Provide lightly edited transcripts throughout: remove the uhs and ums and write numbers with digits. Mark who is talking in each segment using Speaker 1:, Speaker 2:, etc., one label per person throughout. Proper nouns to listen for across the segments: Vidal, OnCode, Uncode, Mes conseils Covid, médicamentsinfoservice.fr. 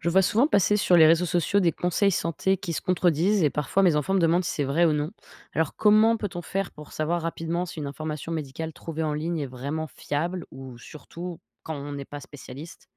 Speaker 1: Je vois souvent passer sur les réseaux sociaux des conseils santé qui se contredisent et parfois mes enfants me demandent si c'est vrai ou non. Alors comment peut-on faire pour savoir rapidement si une information médicale trouvée en ligne est vraiment fiable ou surtout quand on n'est pas spécialiste?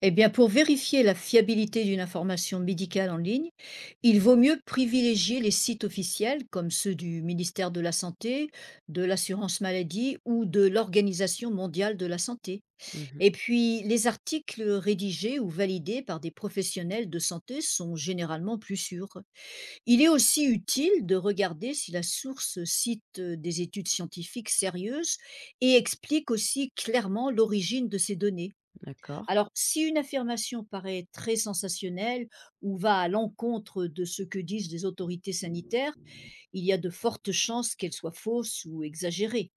Speaker 2: Eh bien, pour vérifier la fiabilité d'une information médicale en ligne, il vaut mieux privilégier les sites officiels comme ceux du ministère de la Santé, de l'assurance maladie ou de l'Organisation mondiale de la santé.
Speaker 1: Mhm,
Speaker 2: Et puis, les articles rédigés ou validés par des professionnels de santé sont généralement plus sûrs. Il est aussi utile de regarder si la source cite des études scientifiques sérieuses et explique aussi clairement l'origine de ces données.
Speaker 1: d'accord.
Speaker 2: Alors, si une affirmation paraît très sensationnelle ou va à l'encontre de ce que disent les autorités sanitaires, il y a de fortes chances qu'elle soit fausse ou exagérée.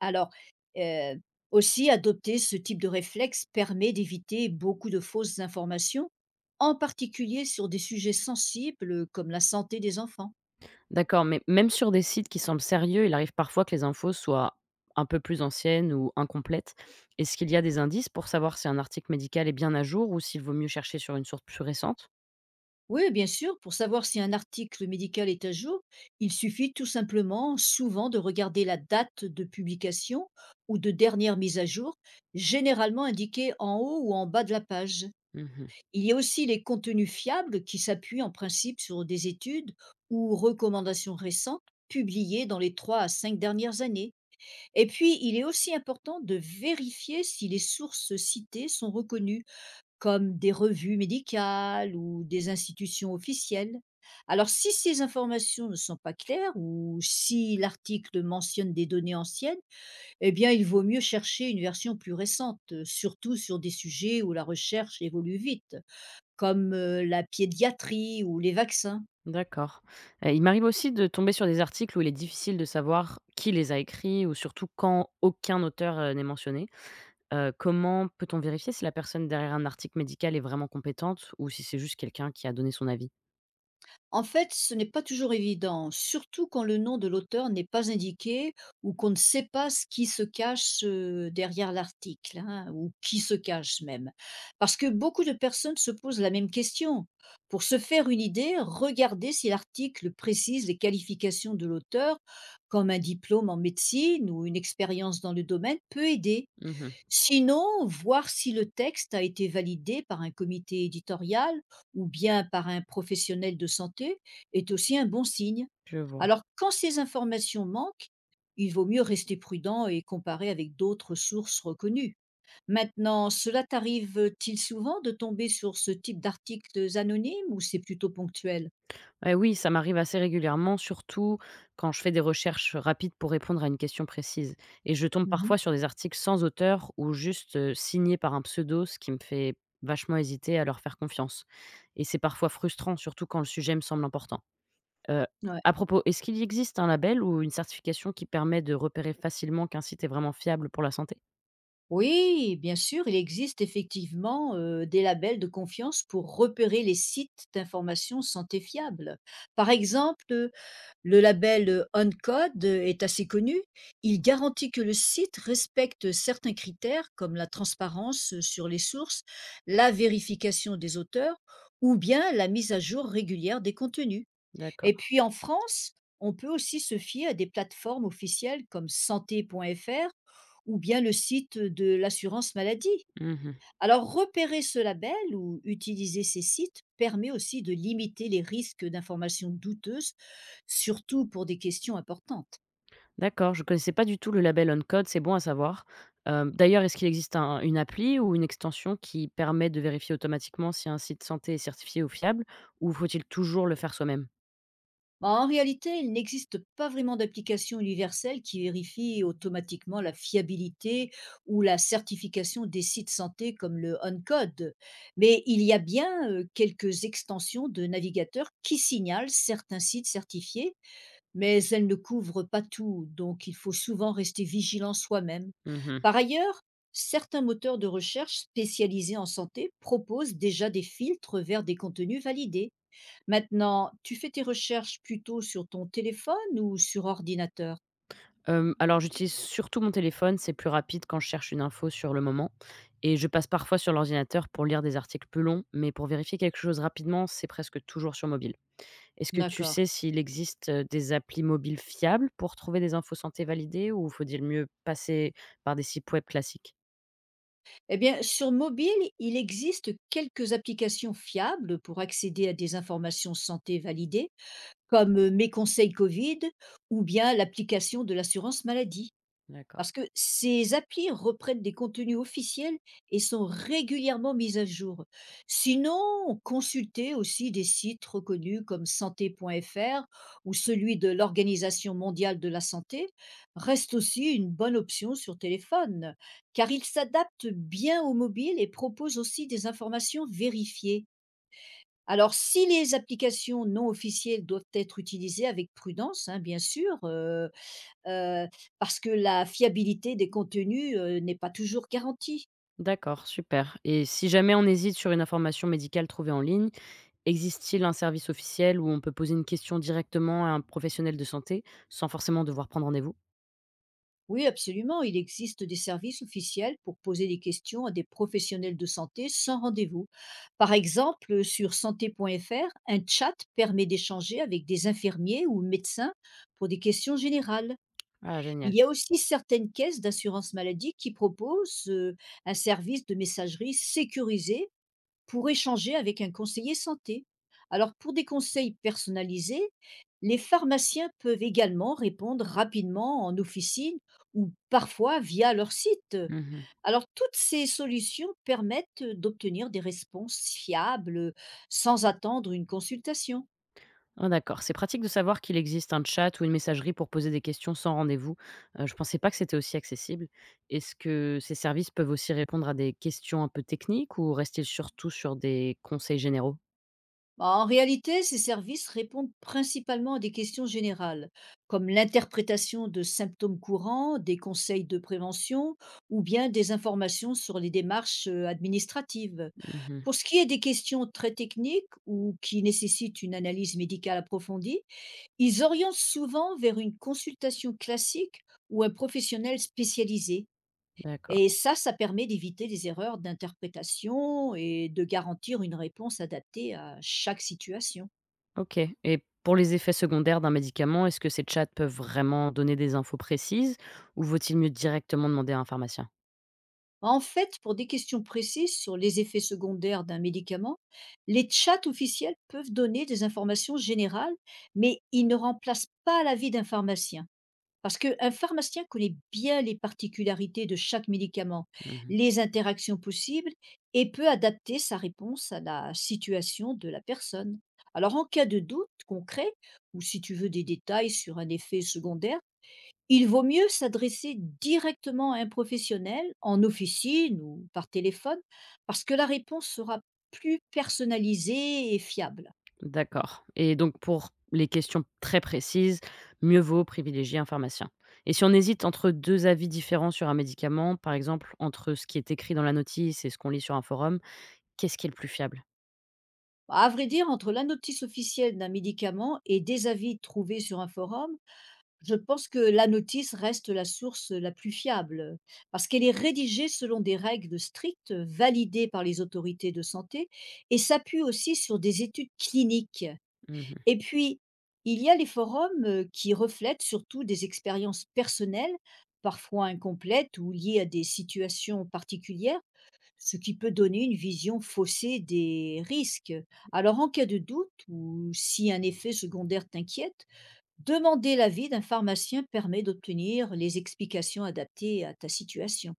Speaker 2: Alors, euh, aussi, adopter ce type de réflexe permet d'éviter beaucoup de fausses informations, en particulier sur des sujets sensibles comme la santé des enfants.
Speaker 1: D'accord, mais même sur des sites qui semblent sérieux, il arrive parfois que les infos soient un peu plus anciennes ou incomplètes. Est-ce qu'il y a des indices pour savoir si un article médical est bien à jour ou s'il vaut mieux chercher sur une source plus récente?
Speaker 2: Oui, bien sûr, pour savoir si un article médical est à jour, il suffit tout simplement souvent de regarder la date de publication ou de dernière mise à jour, généralement indiquée en haut ou en bas de la page. Il y a aussi les contenus fiables qui s'appuient en principe sur des études ou recommandations récentes publiées dans les trois à cinq dernières années. Et puis, il est aussi important de vérifier si les sources citées sont reconnues comme des revues médicales ou des institutions officielles. Alors si ces informations ne sont pas claires ou si l'article mentionne des données anciennes, eh bien il vaut mieux chercher une version plus récente, surtout sur des sujets où la recherche évolue vite, comme la pédiatrie ou les vaccins.
Speaker 1: D'accord. Il m'arrive aussi de tomber sur des articles où il est difficile de savoir qui les a écrits ou surtout quand aucun auteur n'est mentionné. Comment peut-on vérifier si la personne derrière un article médical est vraiment compétente ou si c'est juste quelqu'un qui a donné son avis?
Speaker 2: En fait, ce n'est pas toujours évident, surtout quand le nom de l'auteur n'est pas indiqué ou qu'on ne sait pas ce qui se cache derrière l'article, hein, ou qui se cache même. Parce que beaucoup de personnes se posent la même question. Pour se faire une idée, regardez si l'article précise les qualifications de l'auteur, comme un diplôme en médecine ou une expérience dans le domaine peut aider.
Speaker 1: Mmh.
Speaker 2: Sinon, voir si le texte a été validé par un comité éditorial ou bien par un professionnel de santé est aussi un bon signe.
Speaker 1: Je vois.
Speaker 2: Alors, quand ces informations manquent, il vaut mieux rester prudent et comparer avec d'autres sources reconnues. Maintenant, cela t'arrive-t-il souvent de tomber sur ce type d'articles anonymes ou c'est plutôt ponctuel?
Speaker 1: Eh oui, ça m'arrive assez régulièrement, surtout quand je fais des recherches rapides pour répondre à une question précise. Et je tombe
Speaker 2: Mhm.
Speaker 1: parfois sur des articles sans auteur ou juste signés par un pseudo, ce qui me fait vachement hésiter à leur faire confiance. Et c'est parfois frustrant, surtout quand le sujet me semble important. Euh, à propos, est-ce qu'il existe un label ou une certification qui permet de repérer facilement qu'un site est vraiment fiable pour la santé?
Speaker 2: Oui, bien sûr, il existe effectivement des labels de confiance pour repérer les sites d'information santé fiables. Par exemple, le label OnCode est assez connu. Il garantit que le site respecte certains critères comme la transparence sur les sources, la vérification des auteurs ou bien la mise à jour régulière des contenus.
Speaker 1: D'accord.
Speaker 2: Et puis en France, on peut aussi se fier à des plateformes officielles comme santé.fr ou bien le site de l'assurance maladie.
Speaker 1: Mmh.
Speaker 2: Alors repérer ce label ou utiliser ces sites permet aussi de limiter les risques d'informations douteuses, surtout pour des questions importantes.
Speaker 1: D'accord, je connaissais pas du tout le label Uncode, c'est bon à savoir. D'ailleurs, est-ce qu'il existe un une appli ou une extension qui permet de vérifier automatiquement si un site santé est certifié ou fiable, ou faut-il toujours le faire soi-même?
Speaker 2: Bah, en réalité, il n'existe pas vraiment d'application universelle qui vérifie automatiquement la fiabilité ou la certification des sites santé comme le OnCode. Mais il y a bien quelques extensions de navigateurs qui signalent certains sites certifiés, mais elles ne couvrent pas tout, donc il faut souvent rester vigilant soi-même.
Speaker 1: Mmh mh.
Speaker 2: Par ailleurs, certains moteurs de recherche spécialisés en santé proposent déjà des filtres vers des contenus validés. Maintenant, tu fais tes recherches plutôt sur ton téléphone ou sur ordinateur?
Speaker 1: Alors j'utilise surtout mon téléphone, c'est plus rapide quand je cherche une info sur le moment et je passe parfois sur l'ordinateur pour lire des articles plus longs, mais pour vérifier quelque chose rapidement, c'est presque toujours sur mobile. Est-ce que tu
Speaker 2: D'accord.
Speaker 1: sais s'il existe des applis mobiles fiables pour trouver des infos santé validées ou faut-il mieux passer par des sites web classiques?
Speaker 2: Eh bien, sur mobile, il existe quelques applications fiables pour accéder à des informations santé validées, comme Mes conseils Covid ou bien l'application de l'assurance maladie.
Speaker 1: D'accord.
Speaker 2: Parce que ces applis reprennent des contenus officiels et sont régulièrement mis à jour. Sinon, consultez aussi des sites reconnus comme santé.fr ou celui de l'Organisation mondiale de la santé reste aussi une bonne option sur téléphone, car il s'adapte bien au mobile et propose aussi des informations vérifiées. Alors, si les applications non officielles doivent être utilisées avec prudence, hein, bien sûr, heu, parce que la fiabilité des contenus, n'est pas toujours garantie.
Speaker 1: D'accord, super, et si jamais on hésite sur une information médicale trouvée en ligne, existe-t-il un service officiel où on peut poser une question directement à un professionnel de santé, sans forcément devoir prendre rendez-vous?
Speaker 2: Oui, absolument, il existe des services officiels pour poser des questions à des professionnels de santé sans rendez-vous. Par exemple, sur santé.fr, un chat permet d'échanger avec des infirmiers ou médecins pour des questions générales.
Speaker 1: Ah
Speaker 2: Il
Speaker 1: génial.
Speaker 2: y a aussi certaines caisses d'assurance maladie qui proposent, un service de messagerie sécurisé pour échanger avec un conseiller santé. Alors pour des conseils personnalisés, les pharmaciens peuvent également répondre rapidement en officine ou parfois via leur site.
Speaker 1: Mmh.
Speaker 2: Alors toutes ces solutions permettent d'obtenir des réponses fiables sans attendre une consultation.
Speaker 1: Ah d'accord, c'est pratique de savoir qu'il existe un chat ou une messagerie pour poser des questions sans rendez-vous. Je pensais pas que c'était aussi accessible. Est-ce que ces services peuvent aussi répondre à des questions un peu techniques ou restent-ils surtout sur des conseils généraux?
Speaker 2: Bah, en réalité, ces services répondent principalement à des questions générales, comme l'interprétation de symptômes courants, des conseils de prévention ou bien des informations sur les démarches administratives.
Speaker 1: Mmh.
Speaker 2: Pour ce qui est des questions très techniques ou qui nécessitent une analyse médicale approfondie, ils orientent souvent vers une consultation classique ou un professionnel spécialisé.
Speaker 1: D'accord,
Speaker 2: Et ça permet d'éviter les erreurs d'interprétation et de garantir une réponse adaptée à chaque situation.
Speaker 1: OK, et pour les effets secondaires d'un médicament, est-ce que ces chats peuvent vraiment donner des infos précises ou vaut-il mieux directement demander à un pharmacien?
Speaker 2: En fait, pour des questions précises sur les effets secondaires d'un médicament, les chats officiels peuvent donner des informations générales, mais ils ne remplacent pas l'avis d'un pharmacien. Parce qu'un pharmacien connaît bien les particularités de chaque médicament,
Speaker 1: Mmh.
Speaker 2: les interactions possibles et peut adapter sa réponse à la situation de la personne. Alors en cas de doute concret, ou si tu veux des détails sur un effet secondaire, il vaut mieux s'adresser directement à un professionnel, en officine ou par téléphone, parce que la réponse sera plus personnalisée et fiable.
Speaker 1: D'accord, et donc pour les questions très précises, mieux vaut privilégier un pharmacien. Et si on hésite entre 2 avis différents sur un médicament, par exemple entre ce qui est écrit dans la notice et ce qu'on lit sur un forum, qu'est-ce qui est le plus fiable?
Speaker 2: À vrai dire, entre la notice officielle d'un médicament et des avis trouvés sur un forum, je pense que la notice reste la source la plus fiable, parce qu'elle est rédigée selon des règles strictes validées par les autorités de santé et s'appuie aussi sur des études cliniques.
Speaker 1: Mmh.
Speaker 2: Et puis, il y a les forums qui reflètent surtout des expériences personnelles, parfois incomplètes ou liées à des situations particulières, ce qui peut donner une vision faussée des risques. Alors, en cas de doute ou si un effet secondaire t'inquiète, demander l'avis d'un pharmacien permet d'obtenir les explications adaptées à ta situation.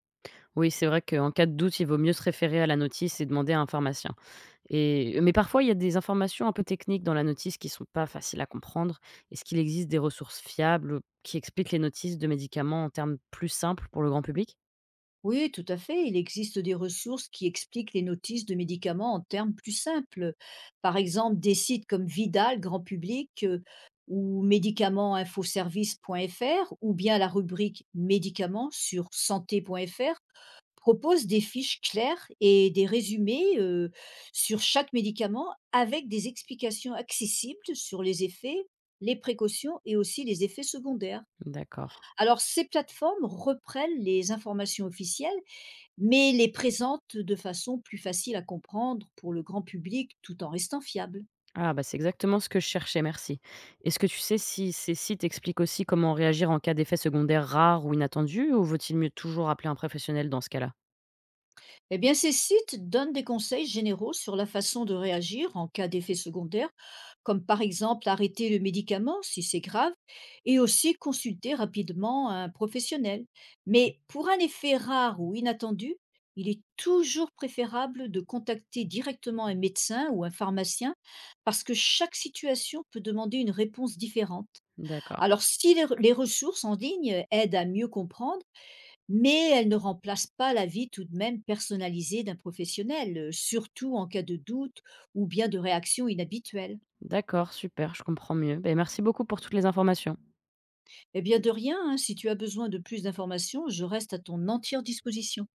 Speaker 1: Oui, c'est vrai qu'en cas de doute, il vaut mieux se référer à la notice et demander à un pharmacien, et mais parfois il y a des informations un peu techniques dans la notice qui sont pas faciles à comprendre. Est-ce qu'il existe des ressources fiables qui expliquent les notices de médicaments en termes plus simples pour le grand public?
Speaker 2: Oui, tout à fait. Il existe des ressources qui expliquent les notices de médicaments en termes plus simples. Par exemple, des sites comme Vidal, grand public, ou médicamentsinfoservice.fr, ou bien la rubrique médicaments sur santé.fr proposent des fiches claires et des résumés sur chaque médicament avec des explications accessibles sur les effets, les précautions et aussi les effets secondaires.
Speaker 1: D'accord.
Speaker 2: Alors, ces plateformes reprennent les informations officielles mais les présente de façon plus facile à comprendre pour le grand public tout en restant fiable.
Speaker 1: Ah bah, c'est exactement ce que je cherchais, merci. Est-ce que tu sais si ces sites expliquent aussi comment réagir en cas d'effets secondaires rares ou inattendus ou vaut-il mieux toujours appeler un professionnel dans ce cas-là?
Speaker 2: Eh bien, ces sites donnent des conseils généraux sur la façon de réagir en cas d'effet secondaire, comme par exemple arrêter le médicament si c'est grave, et aussi consulter rapidement un professionnel. Mais pour un effet rare ou inattendu, il est toujours préférable de contacter directement un médecin ou un pharmacien parce que chaque situation peut demander une réponse différente.
Speaker 1: D'accord.
Speaker 2: Alors, si les ressources en ligne aident à mieux comprendre, mais elles ne remplacent pas la vie tout de même personnalisée d'un professionnel, surtout en cas de doute ou bien de réaction inhabituelle.
Speaker 1: D'accord, super, je comprends mieux. Ben, merci beaucoup pour toutes les informations.
Speaker 2: Eh bien, de rien, hein, si tu as besoin de plus d'informations, je reste à ton entière disposition.